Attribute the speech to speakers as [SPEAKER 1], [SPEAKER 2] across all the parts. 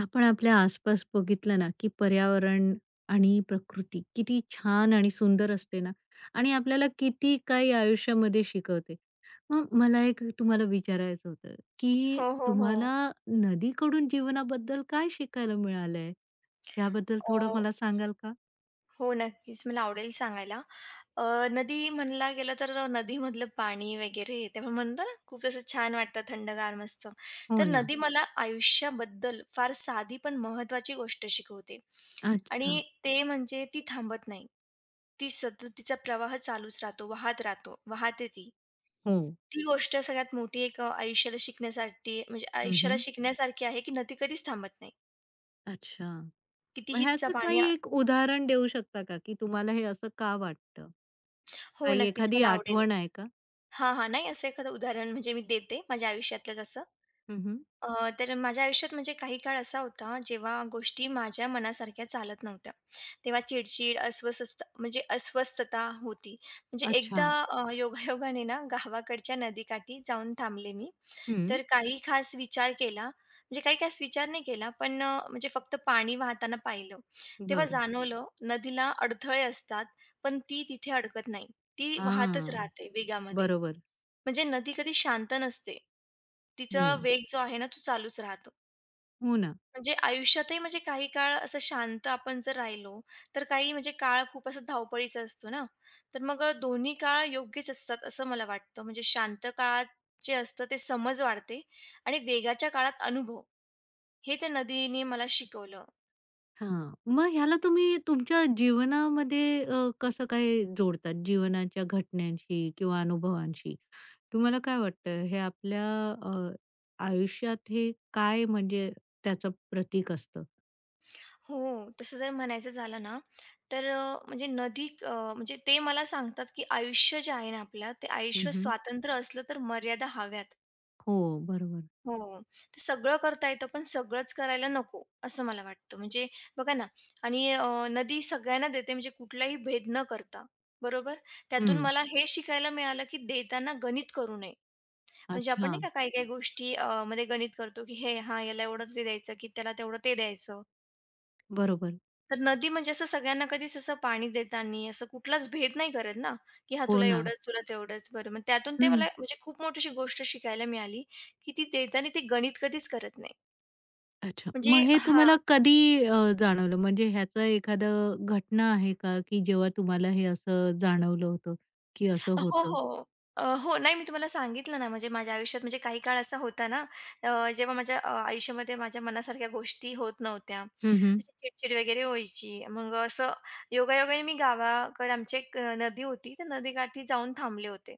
[SPEAKER 1] आपण आपल्या आसपास बघितलं ना, की पर्यावरण आणि प्रकृती किती छान आणि सुंदर असते ना आणि आपल्याला किती काही आयुष्यामध्ये शिकवते. मग मला एक तुम्हाला विचारायचं होतं, की
[SPEAKER 2] हो, हो, हो.
[SPEAKER 1] तुम्हाला नदीकडून जीवनाबद्दल काय शिकायला मिळालंय? याबद्दल थोडं
[SPEAKER 2] अ,
[SPEAKER 1] मला सांगाल का?
[SPEAKER 2] हो, नक्कीच. मला आवडेल सांगायला. अ, नदी म्हणला गेलं तर नदीमधलं पाणी वगैरे ते आपण म्हणतो ना, खूप असं छान वाटतं, थंडगार, मस्त.
[SPEAKER 1] हो
[SPEAKER 2] तर
[SPEAKER 1] ना.
[SPEAKER 2] नदी मला आयुष्याबद्दल फार साधी पण महत्त्वाची गोष्ट शिकवते
[SPEAKER 1] अच्छा.
[SPEAKER 2] आणि ते म्हणजे ती थांबत नाही. ती सतत तिचा प्रवाह चालूच राहतो, वाहत राहतो, वाहते ती.
[SPEAKER 1] हो.
[SPEAKER 2] ती गोष्ट सगळ्यात मोठी एक आयुष्याला शिकण्यासाठी म्हणजे आयुष्याला
[SPEAKER 1] हं,
[SPEAKER 2] शिकण्यासारखी आहे, की नदी कधीच थांबत नाही.
[SPEAKER 1] अच्छा. मग
[SPEAKER 2] कितीही तिचं
[SPEAKER 1] ह्याचं
[SPEAKER 2] पाणी
[SPEAKER 1] काही एक उदाहरण देऊ शकता का, की तुम्हाला हे असं का वाटतं?
[SPEAKER 2] हो,
[SPEAKER 1] काही
[SPEAKER 2] नक्कीच.
[SPEAKER 1] एखादी
[SPEAKER 2] मला आवडेल.
[SPEAKER 1] आठवण आहे का?
[SPEAKER 2] हां, हां. नाही असं एखादं उदाहरण म्हणजे मी देते माझ्या आयुष्यातलंच असं.
[SPEAKER 1] हं, हं.
[SPEAKER 2] तर माझ्या आयुष्यात म्हणजे काही काळ असा होता, जेव्हा गोष्टी माझ्या मनासारख्या चालत नव्हत्या. तेव्हा चिडचिड, अस्वस्थ म्हणजे अस्वस्थता होती. म्हणजे एकदा
[SPEAKER 1] अच्छा.
[SPEAKER 2] योगायोगाने ना गावाकडच्या नदीकाठी जाऊन थांबले मी.
[SPEAKER 1] हं.
[SPEAKER 2] तर काही खास विचार केला, म्हणजे काही खास विचार नाही केला, पण म्हणजे फक्त पाणी वाहताना पाहिलं. तेव्हा
[SPEAKER 1] बरं.
[SPEAKER 2] जाणवलं नदीला अडथळे असतात, पण ती तिथे अडकत नाही. ती वाहतच
[SPEAKER 1] हां.
[SPEAKER 2] राहते वेगामध्ये.
[SPEAKER 1] बरोबर.
[SPEAKER 2] म्हणजे नदी कधी शांत नसते. तिचा
[SPEAKER 1] हं.
[SPEAKER 2] वेग जो आहे ना, तो चालूच राहतो.
[SPEAKER 1] हो ना.
[SPEAKER 2] म्हणजे आयुष्यातही म्हणजे काही काळ असं शांत आपण जर राहिलो, तर काही म्हणजे काळ खूप असा धावपळीचा असतो ना. तर मग दोन्ही काळ योग्यच असतात असं मला वाटतं. म्हणजे शांत काळात जे असतं ते समज वाढते आणि वेगाच्या काळात अनुभव. हे त्या नदीने मला शिकवलं.
[SPEAKER 1] हां. मग ह्याला तुम्ही तुमच्या जीवनामध्ये कसं काय जोडतात? जीवनाच्या घटनांशी किंवा अनुभवांशी. तुम्हाला काय वाटतं हे आपल्या अ, आयुष्यात हे काय म्हणजे त्याचं प्रतीक असतं?
[SPEAKER 2] हो, तसं जर म्हणायचं झालं ना, तर म्हणजे नदी म्हणजे ते मला सांगतात, की आयुष्य जे आहे ना आपलं, ते
[SPEAKER 1] हं,
[SPEAKER 2] आयुष्य
[SPEAKER 1] हं.
[SPEAKER 2] स्वातंत्र्य असलं तर मर्यादा हव्यात.
[SPEAKER 1] हो, बरोबर.
[SPEAKER 2] हो. ते सगळं करता येतं, पण सगळंच करायला नको, असं मला वाटतं. म्हणजे बघा ना आणि नदी सगळ्यांना देते म्हणजे कुठलाही भेद न करता, बरोबर? त्यातून
[SPEAKER 1] हं.
[SPEAKER 2] मला हे शिकायला मिळालं, की देताना गणित करू नये. म्हणजे आपण
[SPEAKER 1] अच्छा.
[SPEAKER 2] नाही का काही-काही गोष्टी मध्ये गणित करतो, की हे हां, याला एवढं ते द्यायचं, की त्याला तेवढं ते द्यायचं.
[SPEAKER 1] बरोबर.
[SPEAKER 2] तर नदी म्हणजे असं सगळ्यांना कधीच असं पाणी देताना असं कुठलाच भेद नाही करत ना, की हां,
[SPEAKER 1] हो
[SPEAKER 2] तुला
[SPEAKER 1] ना.
[SPEAKER 2] एवढंच, तुला तेवढंच. बरं, मग त्यातून ते
[SPEAKER 1] हं.
[SPEAKER 2] मला म्हणजे खूप मोठी गोष्ट शिकायला मिळाली, की ती देताना ते गणित कधीच करत नाही.
[SPEAKER 1] अच्छा.
[SPEAKER 2] म्हणजे
[SPEAKER 1] मग हे
[SPEAKER 2] हां.
[SPEAKER 1] तुम्हाला कधी जाणवलं? म्हणजे ह्याचं एखादं घटना आहे का, की जेव्हा तुम्हाला हे असं जाणवलं होतं, की असं
[SPEAKER 2] हो,
[SPEAKER 1] होतं?
[SPEAKER 2] हो. हो. नाही मी तुम्हाला सांगितलं ना, म्हणजे माझ्या आयुष्यात म्हणजे काही काळ असा होता ना, जेव्हा माझ्या आयुष्यामध्ये माझ्या मनासारख्या गोष्टी होत नव्हत्या.
[SPEAKER 1] हं, हं.
[SPEAKER 2] अशी चिडचिड वगैरे व्हायची. मग असं योगायोगाने मी गावाकडे आमची एक नदी होती. त्या नदीकाठी जाऊन थांबले होते.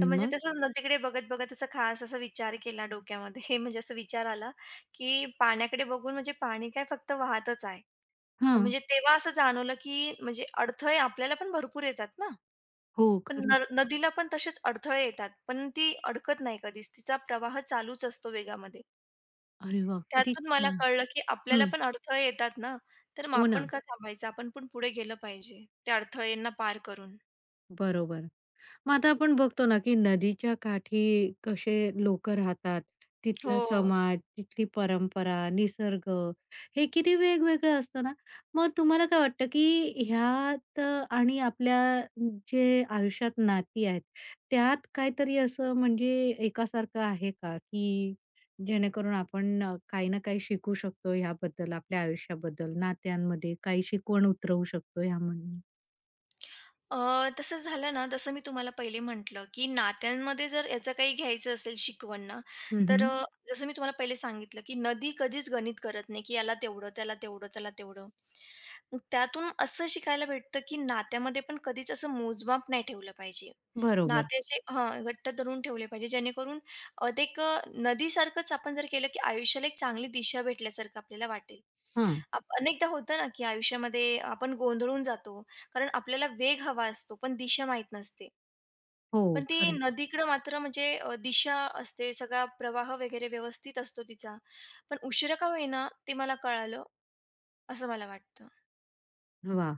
[SPEAKER 2] तर म्हणजे
[SPEAKER 1] मग?
[SPEAKER 2] तसं नदीकडे बघत-बघत असा खास असा विचार केला डोक्यामध्ये म्हणजे असा विचार आला, की पाण्याकडे बघून म्हणजे पाणी काय फक्त वाहतच आहे.
[SPEAKER 1] हां.
[SPEAKER 2] म्हणजे तेव्हा असं जाणवलं, की म्हणजे अडथळे आपल्याला पण भरपूर येतात ना.
[SPEAKER 1] हो,
[SPEAKER 2] पण
[SPEAKER 1] खरंच.
[SPEAKER 2] नदीला पण तसेच अडथळे येतात, पण ती अडकत नाही कधीच. तिचा प्रवाह चालूच असतो वेगामध्ये.
[SPEAKER 1] अरे वा, किती
[SPEAKER 2] त्यातून मला
[SPEAKER 1] छान.
[SPEAKER 2] कळलं, की आपल्याला
[SPEAKER 1] हं.
[SPEAKER 2] पण अडथळे येतात ना, तर मग
[SPEAKER 1] हो
[SPEAKER 2] आपण
[SPEAKER 1] ना.
[SPEAKER 2] का थांबायचं? आपण पण पुढे गेलं पाहिजे, त्या अडथळ्यांना पार करून.
[SPEAKER 1] बरोबर. मग आता आपण बघतो ना, की नदीच्या काठी कसे लोकं राहतात, तिथला
[SPEAKER 2] हो.
[SPEAKER 1] समाज, तिथली परंपरा, निसर्ग हे किती वेगवेगळं असतं ना. मग तुम्हाला काय वाटतं, की ह्यात आणि आपल्या जे आयुष्यात नाती आहेत, त्यात काहीतरी असं म्हणजे एकासारखं आहे का, की जेणेकरून आपण काही ना काही शिकू शकतो ह्याबद्दल, आपल्या आयुष्याबद्दल, नात्यांमध्ये काही शिकवण उतरवू शकतो ह्यामधून?
[SPEAKER 2] अ, तसं झालं ना, जसं मी तुम्हाला पहिले म्हटलं, की नात्यांमध्ये जर याचं काही घ्यायचं असेल शिकवण ना, तर
[SPEAKER 1] हं,
[SPEAKER 2] जसं मी तुम्हाला पहिले सांगितलं, की नदी कधीच गणित करत नाही, की याला तेवढं, त्याला तेवढं, त्याला तेवढं. मग त्यातून असं शिकायला भेटतं, की नात्यामध्ये पण कधीच असं मोजमाप नाही ठेवलं पाहिजे.
[SPEAKER 1] बरोबर.
[SPEAKER 2] नाते असे हां, घट्ट धरून ठेवले पाहिजे, जेणेकरून ते एक नदीसारखंच आपण जर केलं, की आयुष्याला एक चांगली दिशा भेटल्यासारखं आपल्याला वाटेल.
[SPEAKER 1] हां.
[SPEAKER 2] अनेकदा होतं ना, की आयुष्यामध्ये आपण गोंधळून जातो. कारण आपल्याला वेग हवा असतो, पण दिशा माहीत नसते. पण
[SPEAKER 1] हो,
[SPEAKER 2] ती नदीकडं मात्र म्हणजे दिशा असते, सगळा प्रवाह वगैरे व्यवस्थित असतो तिचा. पण उशिरा का होईना ते मला कळालं, असं मला वाटतं.
[SPEAKER 1] वाह!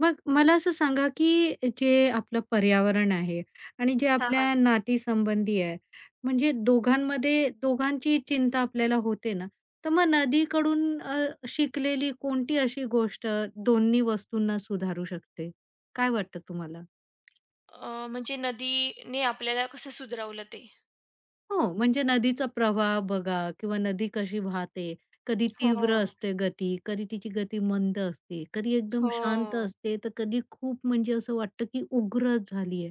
[SPEAKER 1] मग मला असं सांगा, की जे आपलं पर्यावरण आहे आणि जे
[SPEAKER 2] हां, हां.
[SPEAKER 1] आपल्या नातीसंबंधी आहे, म्हणजे दोघांमध्ये दोघांची चिंता आपल्याला होते ना, तर मग नदीकडून शिकलेली कोणती अशी गोष्ट दोन्ही वस्तूंना सुधारू शकते? काय वाटतं तुम्हाला?
[SPEAKER 2] म्हणजे नदीने आपल्याला कसं सुधरवलं ते.
[SPEAKER 1] हो, म्हणजे नदीचा प्रवाह बघा किंवा नदी कशी वाहते. कधी तीव्र
[SPEAKER 2] हो,
[SPEAKER 1] असते गती, कधी तिची गती मंद असते, कधी एकदम शांत
[SPEAKER 2] हो,
[SPEAKER 1] असते, तर कधी खूप म्हणजे असं वाटतं, की उग्रच झाली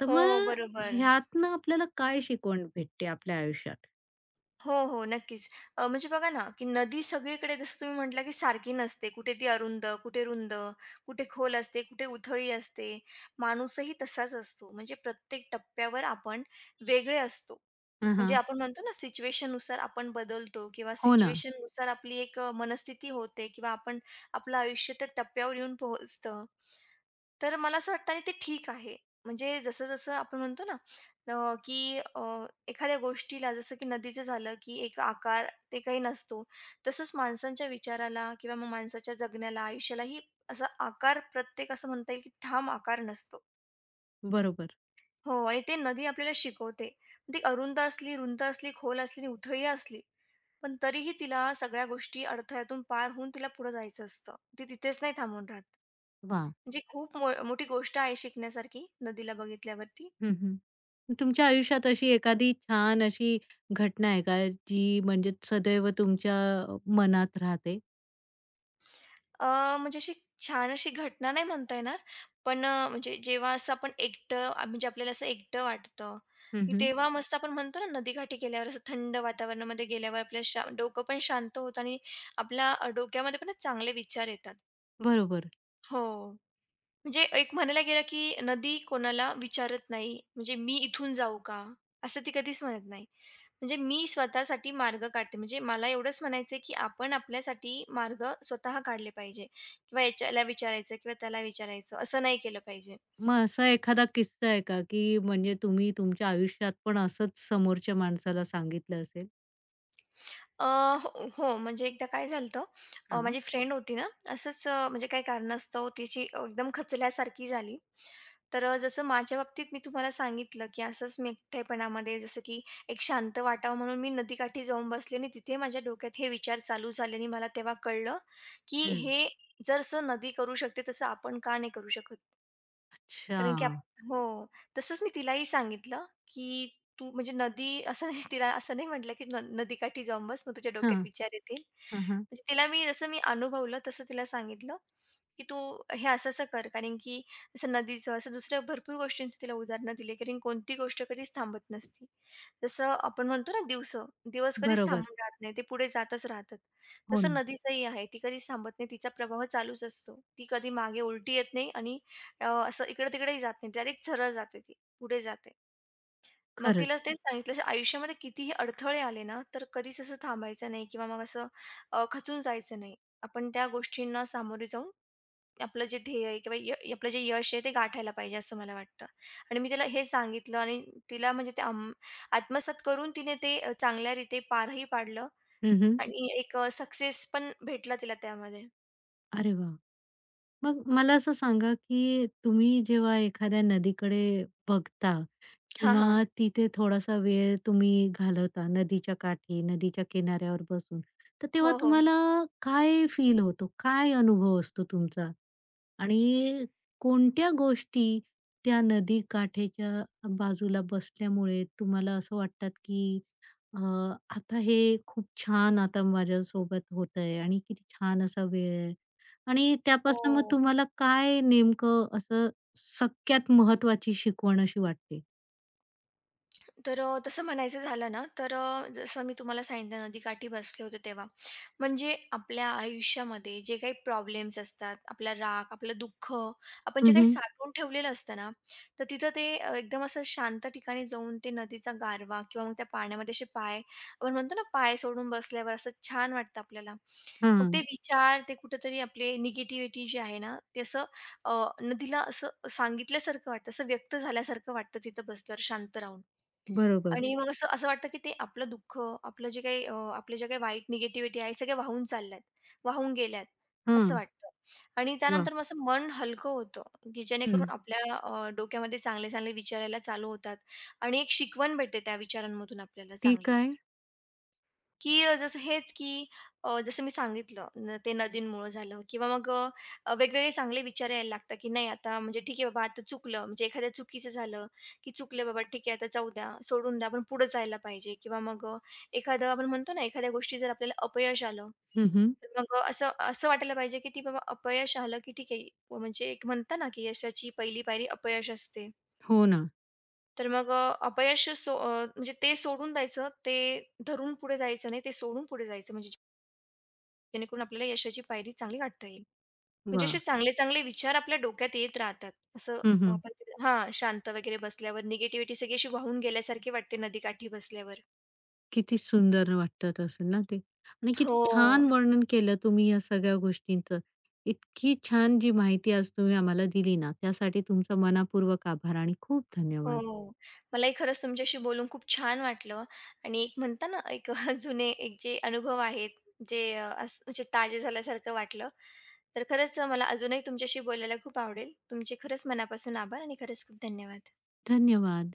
[SPEAKER 1] तर
[SPEAKER 2] हो,
[SPEAKER 1] मग
[SPEAKER 2] बरोबर.
[SPEAKER 1] ह्यातनं आपल्याला काय शिकवण भेटते आपल्या आयुष्यात?
[SPEAKER 2] हो, हो. नक्कीच. म्हणजे बघा ना, की नदी सगळीकडे जसं तुम्ही म्हटला, की सारखी नसते. कुठे ती अरुंद, कुठे रुंद, कुठे खोल असते, कुठे उथळी असते. माणूसही तसाच असतो. म्हणजे प्रत्येक टप्प्यावर आपण वेगळे असतो. म्हणजे
[SPEAKER 1] हां,
[SPEAKER 2] आपण म्हणतो ना सिच्युएशननुसार आपण बदलतो किंवा
[SPEAKER 1] हो ना.
[SPEAKER 2] सिच्युएशननुसार आपली एक मनस्थिती होते किंवा आपण आपलं आयुष्य त्या टप्प्यावर येऊन पोहोचतं. तर मला असं वाटतं आणि ते ठीक आहे. म्हणजे जसं-जसं आपण म्हणतो ना अ, की अ, एखाद्या गोष्टीला जसं की नदीचं झालं की एक आकार ते काही नसतो. तसंच माणसांच्या विचाराला किंवा मग माणसाच्या जगण्याला, आयुष्यालाही असा आकार प्रत्येक असं म्हणता येईल की ठाम आकार नसतो.
[SPEAKER 1] बरोबर.
[SPEAKER 2] हो आणि ते नदी आपल्याला शिकवते. ती अरुंद असली, रुंद असली, खोल असली आणि उथळी असली, पण तरीही तिला सगळ्या गोष्टी अडथळ्यातून पार होऊन तिला पुढे जायचं असतं. ती तिथेच नाही थांबून राहत.
[SPEAKER 1] वाह!
[SPEAKER 2] म्हणजे खूप मोठी गोष्ट आहे शिकण्यासारखी नदीला बघितल्यावरती.
[SPEAKER 1] हं, हं. तुमच्या आयुष्यात अशी एखादी छान अशी घटना आहे का, जी म्हणजे सदैव तुमच्या मनात राहते?
[SPEAKER 2] अ, म्हणजे अशी छान अशी घटना नाही म्हणता येणार, पण म्हणजे जेव्हा असं आपण म्हणजे आपल्याला असं एकटं वाटतं,
[SPEAKER 1] हं,
[SPEAKER 2] की
[SPEAKER 1] हं.
[SPEAKER 2] तेव्हा मस्त आपण म्हणतो ना नदीकाठी गेल्यावर असं थंड वातावरणामध्ये गेल्यावर आपल्या डोकं पण शांत होतं आणि आपल्या डोक्यामध्ये पण चांगले विचार येतात.
[SPEAKER 1] बरोबर.
[SPEAKER 2] हो. म्हणजे एक म्हणायला गेलं, की नदी कोणाला विचारत नाही, म्हणजे "मी इथून जाऊ का?" असं ती कधीच म्हणत नाही. म्हणजे मी स्वतःसाठी मार्ग काढते. म्हणजे मला एवढंच म्हणायचंय, की आपण आपल्यासाठी मार्ग स्वतः काढले पाहिजे किंवा याच्याला विचारायचं किंवा त्याला विचारायचं असं नाही केलं पाहिजे.
[SPEAKER 1] मग असा एखादा किस्सा आहे का, की म्हणजे तुम्ही तुमच्या आयुष्यात पण असंच समोरच्या माणसाला सांगितलं असेल?
[SPEAKER 2] अ, हो, हो. म्हणजे एकदा काय झालं
[SPEAKER 1] हां.
[SPEAKER 2] माझी फ्रेंड होती ना, असंच म्हणजे काही कारणास्तव तिची एकदम खचल्यासारखी झाली. तर जसं माझ्या बाबतीत मी तुम्हाला सांगितलं, की असंच मी एकटेपणामध्ये जसं की एक शांत वाटावं म्हणून मी नदीकाठी जाऊन बसले आणि तिथे माझ्या डोक्यात हे विचार चालू झाले आणि मला तेव्हा कळलं, की
[SPEAKER 1] हं.
[SPEAKER 2] हे जसं नदी करू शकते तसं आपण का नाही करू शकत?
[SPEAKER 1] अच्छा.
[SPEAKER 2] कारण की हो. तसंच मी तिलाही सांगितलं, की "तू म्हणजे नदी" असं नाही तिला असं नाही म्हटलं, की नदीकाठी जाऊन बस, मग तुझ्या
[SPEAKER 1] हां.
[SPEAKER 2] डोक्यात विचार येतील."
[SPEAKER 1] हां, हां.
[SPEAKER 2] म्हणजे तिला मी जसं मी अनुभवलं तसं तिला सांगितलं, की "तू हे असं-असं कर." कारण की असं नदीचं, असं दुसऱ्या भरपूर गोष्टींची तिला उदाहरणं दिली. कारण कोणती गोष्ट कधीच थांबत नसते. जसं आपण म्हणतो ना दिवसं, दिवस कधीच
[SPEAKER 1] बरोबर.
[SPEAKER 2] थांबून राहत नाही. ते पुढे जातच राहतात.
[SPEAKER 1] हो
[SPEAKER 2] तसं
[SPEAKER 1] ना.
[SPEAKER 2] नदीचंही आहे. ती कधीच थांबत नाही. तिचा प्रवाह चालूच असतो. ती कधी मागे उलटी येत नाही आणि असं इकडे-तिकडेही जात नाही, डायरेक्ट सरळ जाते ती, पुढे जाते. मग
[SPEAKER 1] खरंच.
[SPEAKER 2] तिला तेच सांगितलं, "अशा आयुष्यामध्ये कितीही अडथळे आले ना, तर कधीच असं थांबायचं नाही किंवा मग असं खचून जायचं नाही. आपण त्या गोष्टींना सामोरे जाऊन आपलं जे ध्येय आहे किंवा आपलं जे यश आहे ते गाठायला पाहिजे," असं मला वाटतं. आणि मी तिला हे सांगितलं आणि तिला म्हणजे ते आत्मसात करून तिने ते चांगल्यारीते पारही पाडलं
[SPEAKER 1] हं,
[SPEAKER 2] आणि एक सक्सेस पण भेटला तिला त्यामध्ये.
[SPEAKER 1] अरे वाह! मग मला असं सांगा, की तुम्ही जेव्हा एखाद्या नदीकडे बघता
[SPEAKER 2] हां,
[SPEAKER 1] किंवा
[SPEAKER 2] हां.
[SPEAKER 1] तिथे थोडासा वेळ तुम्ही घालवता नदीच्या काठी, नदीच्या किनाऱ्यावर बसून, तर तेव्हा
[SPEAKER 2] हो, हो.
[SPEAKER 1] तुम्हाला काय फील होतो? काय अनुभव असतो तुमचा? आणि कोणत्या गोष्टी त्या नदी काठेच्या बाजूला बसल्यामुळे तुम्हाला असं वाटतात, की अ, आता हे खूप छान आता माझ्यासोबत होतंय आणि किती छान असा वेळ आहे आणि त्यापासून मग
[SPEAKER 2] हो.
[SPEAKER 1] तुम्हाला काय नेमकं असं सगळ्यात महत्वाची शिकवण अशी वाटते?
[SPEAKER 2] तर तसं म्हणायचं झालं ना, तर जसं मी तुम्हाला सांगितलं नदीकाठी बसले होते तेव्हा. म्हणजे आपल्या आयुष्यामध्ये जे काही प्रॉब्लेम्स असतात, आपला राग, आपलं दुःख, आपण
[SPEAKER 1] हं,
[SPEAKER 2] जे काही
[SPEAKER 1] हं.
[SPEAKER 2] साठवून ठेवलेलं असतं ना, तर तिथं ते एकदम असं शांत ठिकाणी जाऊन ते नदीचा गारवा किंवा मग त्या पाण्यामध्ये असे पाय आपण म्हणतो ना, पाय सोडून बसल्यावर असं छान वाटतं आपल्याला. मग ते
[SPEAKER 1] हां,
[SPEAKER 2] विचार, ते कुठेतरी आपले निगेटिव्हिटी जी आहे ना, ते असं अ, नदीला असं सांगितल्यासारखं वाटतं, असं व्यक्त झाल्यासारखं वाटतं तिथं बसल्यावर शांत राहून.
[SPEAKER 1] बरोबर.
[SPEAKER 2] आणि मग असं असं वाटतं की ते आपलं दुःख, आपलं जे काही आपले जे काही वाईट निगेटिव्हिटी आहे, सगळे वाहून चालल्यात, वाहून गेल्यात, असं
[SPEAKER 1] हां,
[SPEAKER 2] वाटतं. आणि
[SPEAKER 1] वाह!
[SPEAKER 2] त्यानंतर मग असं मन हलकं होतं, की
[SPEAKER 1] हं.
[SPEAKER 2] जेणेकरून आपल्या डोक्यामध्ये चांगले-चांगले विचार यायला चालू होतात आणि एक शिकवण भेटते त्या विचारांमधून आपल्याला
[SPEAKER 1] ती
[SPEAKER 2] चांगलीच.
[SPEAKER 1] काय?
[SPEAKER 2] की जसं हेच की जसं मी सांगितलं न ते नदींमुळं झालं किंवा मग वेगवेगळे चांगले विचार यायला लागतात की नाही आता म्हणजे ठीक आहे बाबा आता चुकलं म्हणजे एखाद्या चुकीचं झालं की चुकलं बाबा ठीक आहे आता जाऊ द्या सोडून द्या आपण पुढे जायला पाहिजे किंवा मग एखादं आपण म्हणतो ना एखाद्या गोष्टी जर आपल्याला अपयश आलं
[SPEAKER 1] हं, हं.
[SPEAKER 2] तर मग असं असं वाटायला पाहिजे की ती बाबा अपयश आलं की ठीक आहे व म्हणजे एक म्हणता ना की यशाची पहिली पायरी अपयश असते
[SPEAKER 1] हो ना.
[SPEAKER 2] तर मग अ, अपयश सो अ, म्हणजे ते सोडून द्यायचं ते धरून पुढे जायचं नाही ते सोडून पुढे जायचं म्हणजे जेणेकरून आपल्याला यशाची पायरी चांगली गाठता येईल. म्हणजे असे
[SPEAKER 1] वाह!
[SPEAKER 2] चांगले-चांगले विचार आपल्या डोक्यात येत राहतात. असं
[SPEAKER 1] हं,
[SPEAKER 2] आपण हां, शांत वगैरे बसल्यावर निगेटिव्हिटी सगळी अशी वाहून गेल्यासारखी वाटते नदीकाठी बसल्यावर.
[SPEAKER 1] किती सुंदर वाटत असेल ना ते आणि
[SPEAKER 2] हो,
[SPEAKER 1] किती छान वर्णन केलं तुम्ही या सगळ्या गोष्टींचं. इतकी छान जी माहिती आज तुम्ही आम्हाला दिली ना, त्यासाठी तुमचा मनापूर्वक आभार आणि खूप धन्यवाद.
[SPEAKER 2] हो. मलाही खरंच तुमच्याशी बोलून खूप छान वाटलं आणि एक म्हणता ना, एक जुने एक जे अनुभव आहेत, जे असं म्हणजे ताजे झाल्यासारखं वाटलं. तर खरंच मला अजूनही तुमच्याशी बोलायला खूप आवडेल. तुमचे खरंच मनापासून आभार आणि खरंच खूप धन्यवाद.
[SPEAKER 1] धन्यवाद.